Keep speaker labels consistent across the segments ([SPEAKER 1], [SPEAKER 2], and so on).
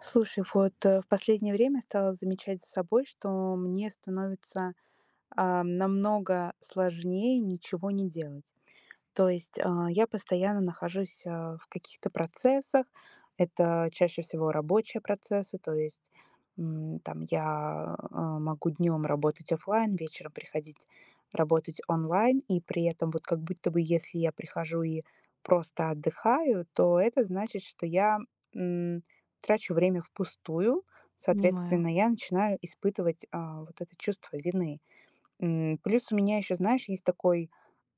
[SPEAKER 1] Слушай, в последнее время стала замечать за собой, что мне становится намного сложнее ничего не делать. То есть, я постоянно нахожусь, в каких-то процессах. Это чаще всего рабочие процессы, то есть, там я могу днем работать оффлайн, вечером приходить работать онлайн. И при этом вот как будто бы если я прихожу и просто отдыхаю, то это значит, что я, м, трачу время впустую.
[SPEAKER 2] Понимаю,
[SPEAKER 1] Соответственно, я начинаю испытывать вот это чувство вины. Плюс у меня еще, знаешь, есть такой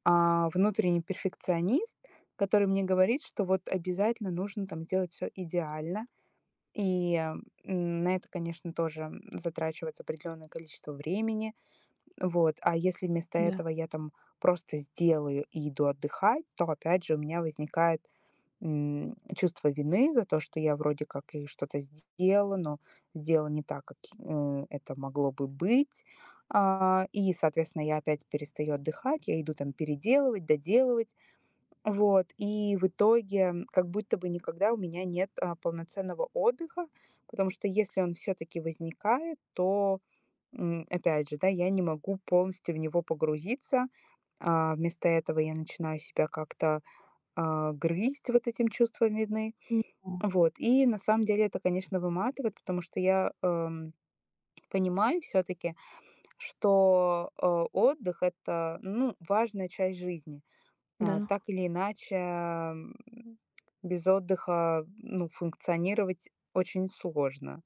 [SPEAKER 1] а, внутренний перфекционист, который мне говорит, что вот обязательно нужно там сделать все идеально. И, э, на это, конечно, тоже затрачивается определенное количество времени. Вот. А если вместо
[SPEAKER 2] да.
[SPEAKER 1] этого я там просто сделаю и иду отдыхать, то опять же у меня возникает чувство вины за то, что я вроде как и что-то сделала, но сделала не так, как это могло бы быть. И, соответственно, я опять перестаю отдыхать, я иду там переделывать, доделывать. Вот. И в итоге, как будто бы никогда у меня нет полноценного отдыха, потому что если он все-таки возникает, то опять же, да, я не могу полностью в него погрузиться. Вместо этого я начинаю себя как-то грызть вот этим чувством вины.
[SPEAKER 2] Понимаю,
[SPEAKER 1] Вот. И на самом деле это, конечно, выматывает, потому что я понимаю все таки что, отдых — это, ну, важная часть жизни.
[SPEAKER 2] да,
[SPEAKER 1] Так или иначе, без отдыха, ну, функционировать очень сложно,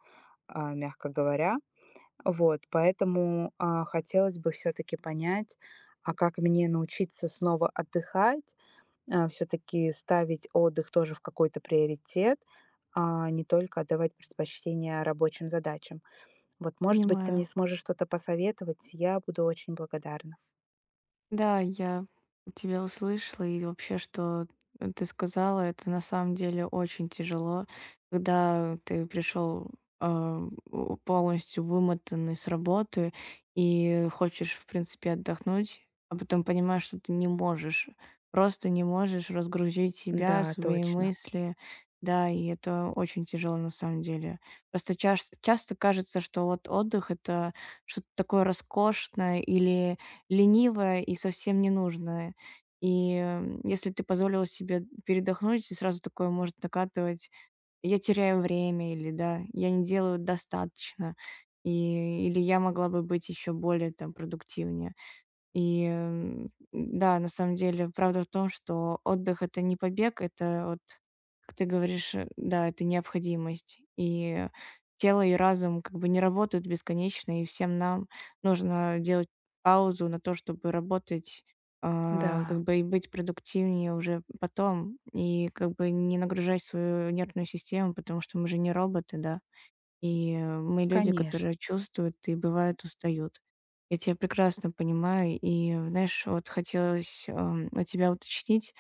[SPEAKER 1] мягко говоря. Вот, поэтому хотелось бы все таки понять, а как мне научиться снова отдыхать, все таки ставить отдых тоже в какой-то приоритет, а не только отдавать предпочтение рабочим задачам. Вот, может быть, ты мне
[SPEAKER 2] понимаю.
[SPEAKER 1] сможешь что-то посоветовать, я буду очень благодарна.
[SPEAKER 2] Да, я тебя услышала, и вообще, что ты сказала, это на самом деле очень тяжело, когда ты пришел а, полностью вымотанный с работы и хочешь, в принципе, отдохнуть, а потом понимаешь, что ты не можешь, просто не можешь разгрузить себя,
[SPEAKER 1] Да,
[SPEAKER 2] свои
[SPEAKER 1] точно.
[SPEAKER 2] мысли. Да, и это очень тяжело на самом деле. Просто часто кажется, что вот отдых — это что-то такое роскошное или ленивое и совсем ненужная. Если ты позволила себе передохнуть, и сразу такое может накатывать: "Я теряю время" или, да, "Я не делаю достаточно", и или "Я могла бы быть еще более там продуктивнее". Да, на самом деле, правда в том, что отдых — это не побег, это вот, как ты говоришь, да, это необходимость. И тело и разум как бы не работают бесконечно, и всем нам нужно делать паузу на то, чтобы работать, а,
[SPEAKER 1] Да,
[SPEAKER 2] как бы и быть продуктивнее уже потом, и как бы не нагружать свою нервную систему, потому что мы же не роботы, да. Мы люди,
[SPEAKER 1] конечно.
[SPEAKER 2] которые чувствуют и, бывают устают. Я тебя прекрасно понимаю. И, знаешь, вот хотелось, у тебя уточнить,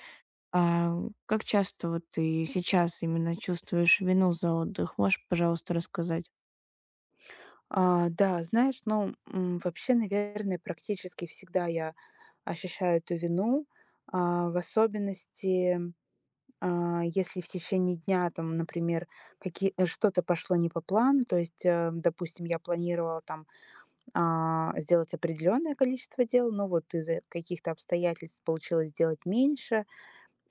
[SPEAKER 2] а как часто вот ты сейчас именно чувствуешь вину за отдых? Можешь, пожалуйста, рассказать?
[SPEAKER 1] Да, знаешь, ну, вообще, наверное, практически всегда я ощущаю эту вину, в особенности, если в течение дня, там, например, что-то пошло не по плану. То есть, допустим, я планировала там сделать определенное количество дел, но вот из-за каких-то обстоятельств получилось сделать меньше,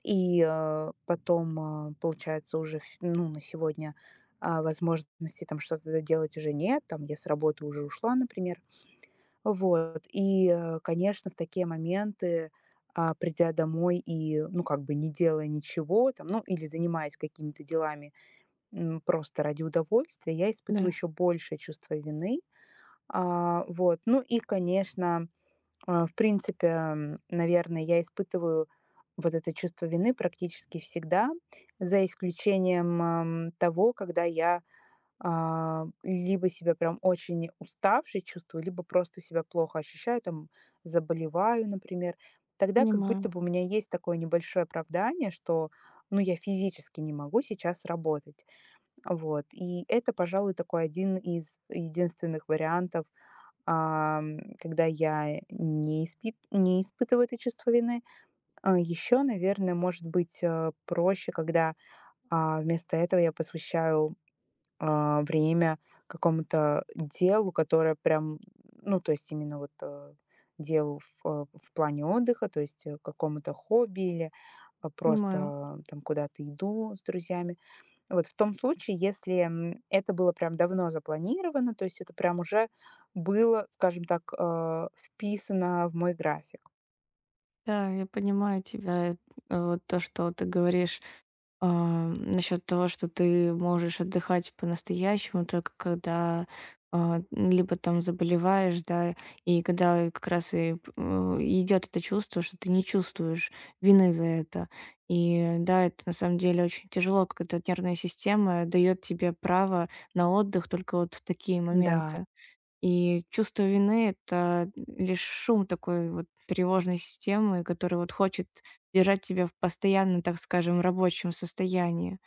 [SPEAKER 1] и потом получается, уже ну, на сегодня возможности там что-то доделать уже нет, там я с работы уже ушла, например. Вот. И конечно, в такие моменты, придя домой и, ну, как бы не делая ничего, там, ну, или занимаясь какими-то делами просто ради удовольствия, я испытываю
[SPEAKER 2] Да,
[SPEAKER 1] еще большее чувство вины, вот. Ну и, конечно, в принципе, наверное, я испытываю вот это чувство вины практически всегда, за исключением, того, когда я либо себя прям очень уставшей чувствую, либо просто себя плохо ощущаю, там, заболеваю, например. Тогда как будто
[SPEAKER 2] понимаю,
[SPEAKER 1] бы у меня есть такое небольшое оправдание, что, ну, я физически не могу сейчас работать. Вот. И это, пожалуй, такой один из единственных вариантов, когда я не испытываю это чувство вины. Еще, наверное, может быть, проще, когда вместо этого я посвящаю время какому-то делу, которое прям, ну, то есть именно вот делу в плане отдыха, то есть, какому-то хобби или, а,
[SPEAKER 2] понимаю.
[SPEAKER 1] просто э, там куда-то иду с друзьями. Вот в том случае, если, это было прям давно запланировано, то есть это прям уже было, скажем так, вписано в мой график.
[SPEAKER 2] Да, я понимаю тебя. Вот то, что ты говоришь, а, насчет того, что ты можешь отдыхать по-настоящему, только когда а, либо там заболеваешь, да, и когда как раз и идет это чувство, что ты не чувствуешь вины за это. И да, это на самом деле очень тяжело, когда нервная система дает тебе право на отдых только вот в такие
[SPEAKER 1] Да,
[SPEAKER 2] моменты. И чувство вины — это лишь шум такой вот тревожной системы, которая вот хочет держать тебя в постоянно, так скажем, рабочем состоянии.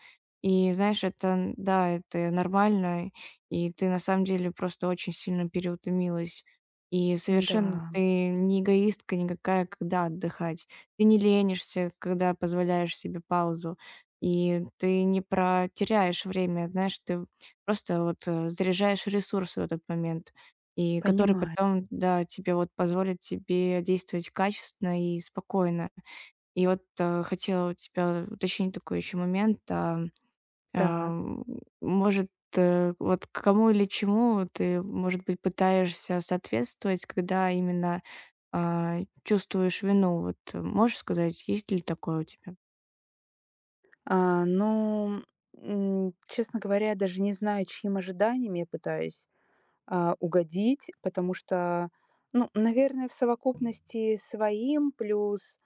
[SPEAKER 2] И знаешь, это, да, это нормально, и ты на самом деле просто очень сильно переутомилась. И совершенно
[SPEAKER 1] да,
[SPEAKER 2] ты не эгоистка никакая, когда отдыхать. Ты не ленишься, когда позволяешь себе паузу. И ты не протеряешь время, знаешь, ты просто вот заряжаешь ресурсы в этот момент и который
[SPEAKER 1] понимаю.
[SPEAKER 2] потом, да, тебе вот позволит тебе действовать качественно и спокойно. И вот, хотела у тебя уточнить такой еще момент.
[SPEAKER 1] Так,
[SPEAKER 2] Ам, Может, вот к кому или чему ты, может быть, пытаешься соответствовать, когда именно, а, чувствуешь вину? Вот можешь сказать, есть ли такое у тебя?
[SPEAKER 1] ну, честно говоря, я даже не знаю, чьим ожиданиям я пытаюсь, угодить, потому что, ну, наверное, в совокупности своим плюс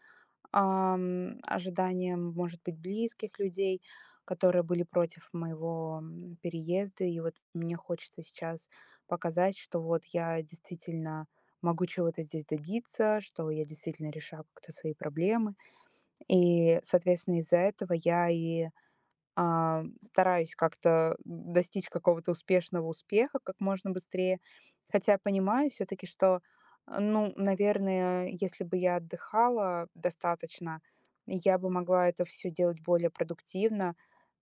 [SPEAKER 1] ожиданиям, может быть, близких людей, которые были против моего, переезда. И вот мне хочется сейчас показать, что вот я действительно могу чего-то здесь добиться, что я действительно решаю как-то свои проблемы. И, соответственно, из-за этого я стараюсь как-то достичь какого-то успешного успеха как можно быстрее. Хотя понимаю все таки что, ну, наверное, если бы я отдыхала достаточно, я бы могла это все делать более продуктивно,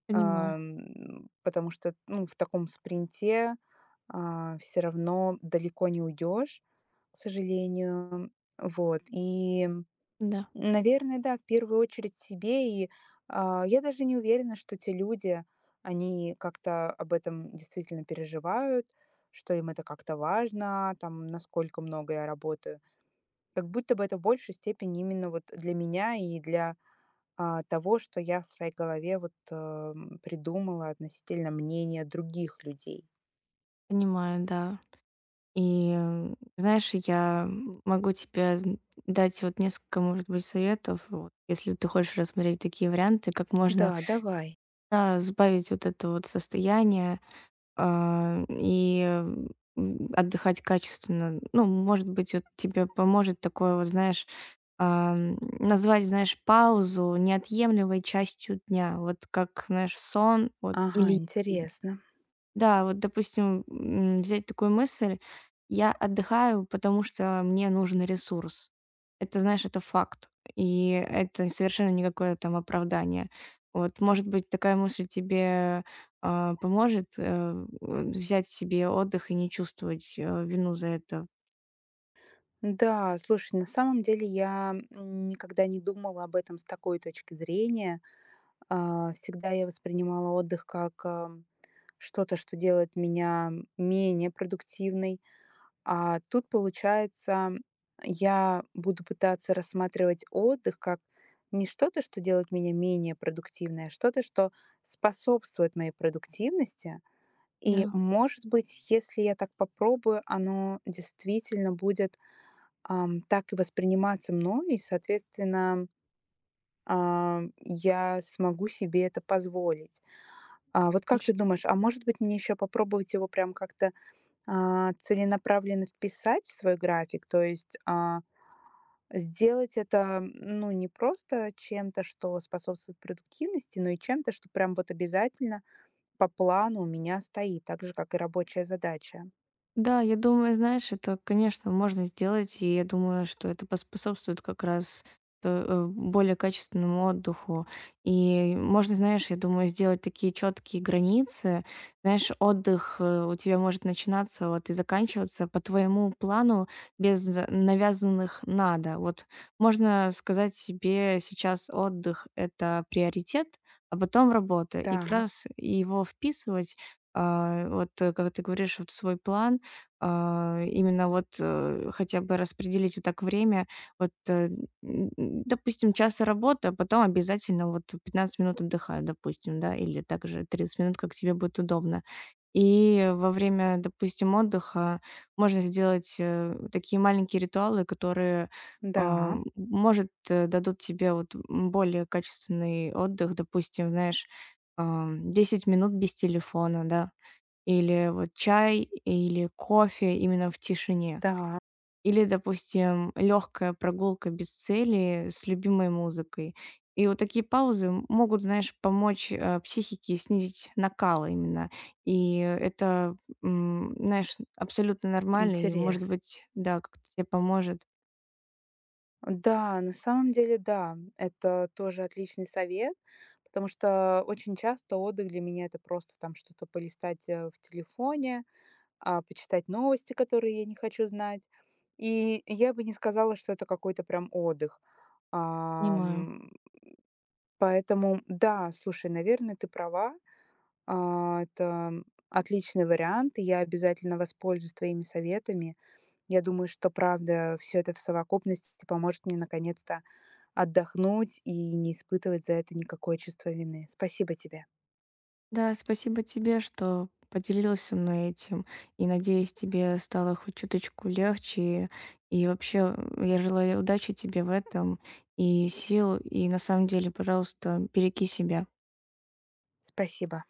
[SPEAKER 2] Понимаю,
[SPEAKER 1] потому что, ну, в таком спринте, все равно далеко не уйдешь, к сожалению. Вот, и
[SPEAKER 2] да,
[SPEAKER 1] наверное, да, в первую очередь себе. И я даже не уверена, что те люди, они как-то об этом действительно переживают, что им это как-то важно, там, насколько много я работаю. Как будто бы это в большей степени именно вот для меня и для того, что я в своей голове вот придумала относительно мнения других людей.
[SPEAKER 2] понимаю, да. Знаешь, я могу тебе дать вот несколько, может быть, советов, вот, если ты хочешь рассмотреть такие варианты, как можно,
[SPEAKER 1] Да, давай.
[SPEAKER 2] да, сбавить вот это вот состояние, а, и, отдыхать качественно. Ну, может быть, вот тебе поможет такое вот, знаешь, назвать, знаешь, паузу неотъемлемой частью дня, вот как, знаешь, сон, вот,
[SPEAKER 1] Ага,
[SPEAKER 2] или
[SPEAKER 1] интересно.
[SPEAKER 2] да, вот, допустим, взять такую мысль: "Я отдыхаю, потому что мне нужен ресурс". Это, знаешь, это факт, и это совершенно никакое там оправдание. Вот, может быть, такая мысль тебе, а, поможет, взять себе отдых и не чувствовать, вину за это.
[SPEAKER 1] Да, слушай, на самом деле я никогда не думала об этом с такой точки зрения. Всегда я воспринимала отдых как что-то, что делает меня менее продуктивной. А тут, получается, я буду пытаться рассматривать отдых как не что-то, что делает меня менее продуктивной, а что-то, что способствует моей продуктивности. И,
[SPEAKER 2] Да,
[SPEAKER 1] может быть, если я так попробую, оно действительно будет так и восприниматься мной, и, соответственно, я смогу себе это позволить. Вот как ты
[SPEAKER 2] точно.
[SPEAKER 1] думаешь, а может быть, мне еще попробовать его прям как-то, целенаправленно вписать в свой график? То есть, сделать это, ну, не просто чем-то, что способствует продуктивности, но и чем-то, что прям вот обязательно по плану у меня стоит, так же, как и рабочая задача.
[SPEAKER 2] Да, я думаю, знаешь, это, конечно, можно сделать, и я думаю, что это поспособствует как раз то, более качественному отдыху. И можно, знаешь, я думаю, сделать такие четкие границы. Знаешь, отдых у тебя может начинаться вот и заканчиваться по твоему плану без навязанных надо. Вот можно сказать себе: сейчас отдых — это приоритет, а потом работа. И как
[SPEAKER 1] Так,
[SPEAKER 2] раз его вписывать а, вот, как ты говоришь, вот в свой план, а, именно вот, хотя бы распределить вот так время. Вот, э, н н Допустим, час работы, а потом обязательно вот 15 минут отдыхаю, допустим, да, или также 30 минут, как тебе будет удобно. И во время, допустим, отдыха можно сделать, такие маленькие ритуалы, которые,
[SPEAKER 1] да,
[SPEAKER 2] а, может, дадут тебе вот, более качественный отдых. Допустим, знаешь, а, 10 минут без телефона, да, или вот чай, или кофе именно в тишине.
[SPEAKER 1] да,
[SPEAKER 2] Или, допустим, легкая прогулка без цели с любимой музыкой. И вот такие паузы могут, знаешь, помочь психике снизить накал именно. И это, Знаешь, абсолютно нормально. И, может
[SPEAKER 1] интересно.
[SPEAKER 2] быть, да, как-то тебе поможет.
[SPEAKER 1] Да, на самом деле, да, это тоже отличный совет, потому что очень часто отдых для меня — это просто там что-то полистать, в телефоне, почитать новости, которые я не хочу знать. И я бы не сказала, что это какой-то прям отдых.
[SPEAKER 2] Понимаю.
[SPEAKER 1] Ам, Поэтому да, слушай, наверное, ты права. Это отличный вариант, и я обязательно воспользуюсь твоими советами. Я думаю, что правда все это в совокупности поможет мне наконец-то отдохнуть и не испытывать за это никакое чувство вины. Спасибо тебе.
[SPEAKER 2] Да, спасибо тебе, что поделилась со мной этим. И надеюсь, тебе стало хоть чуточку легче. И вообще, я желаю удачи тебе в этом и сил. И на самом деле, пожалуйста, береги себя.
[SPEAKER 1] Спасибо.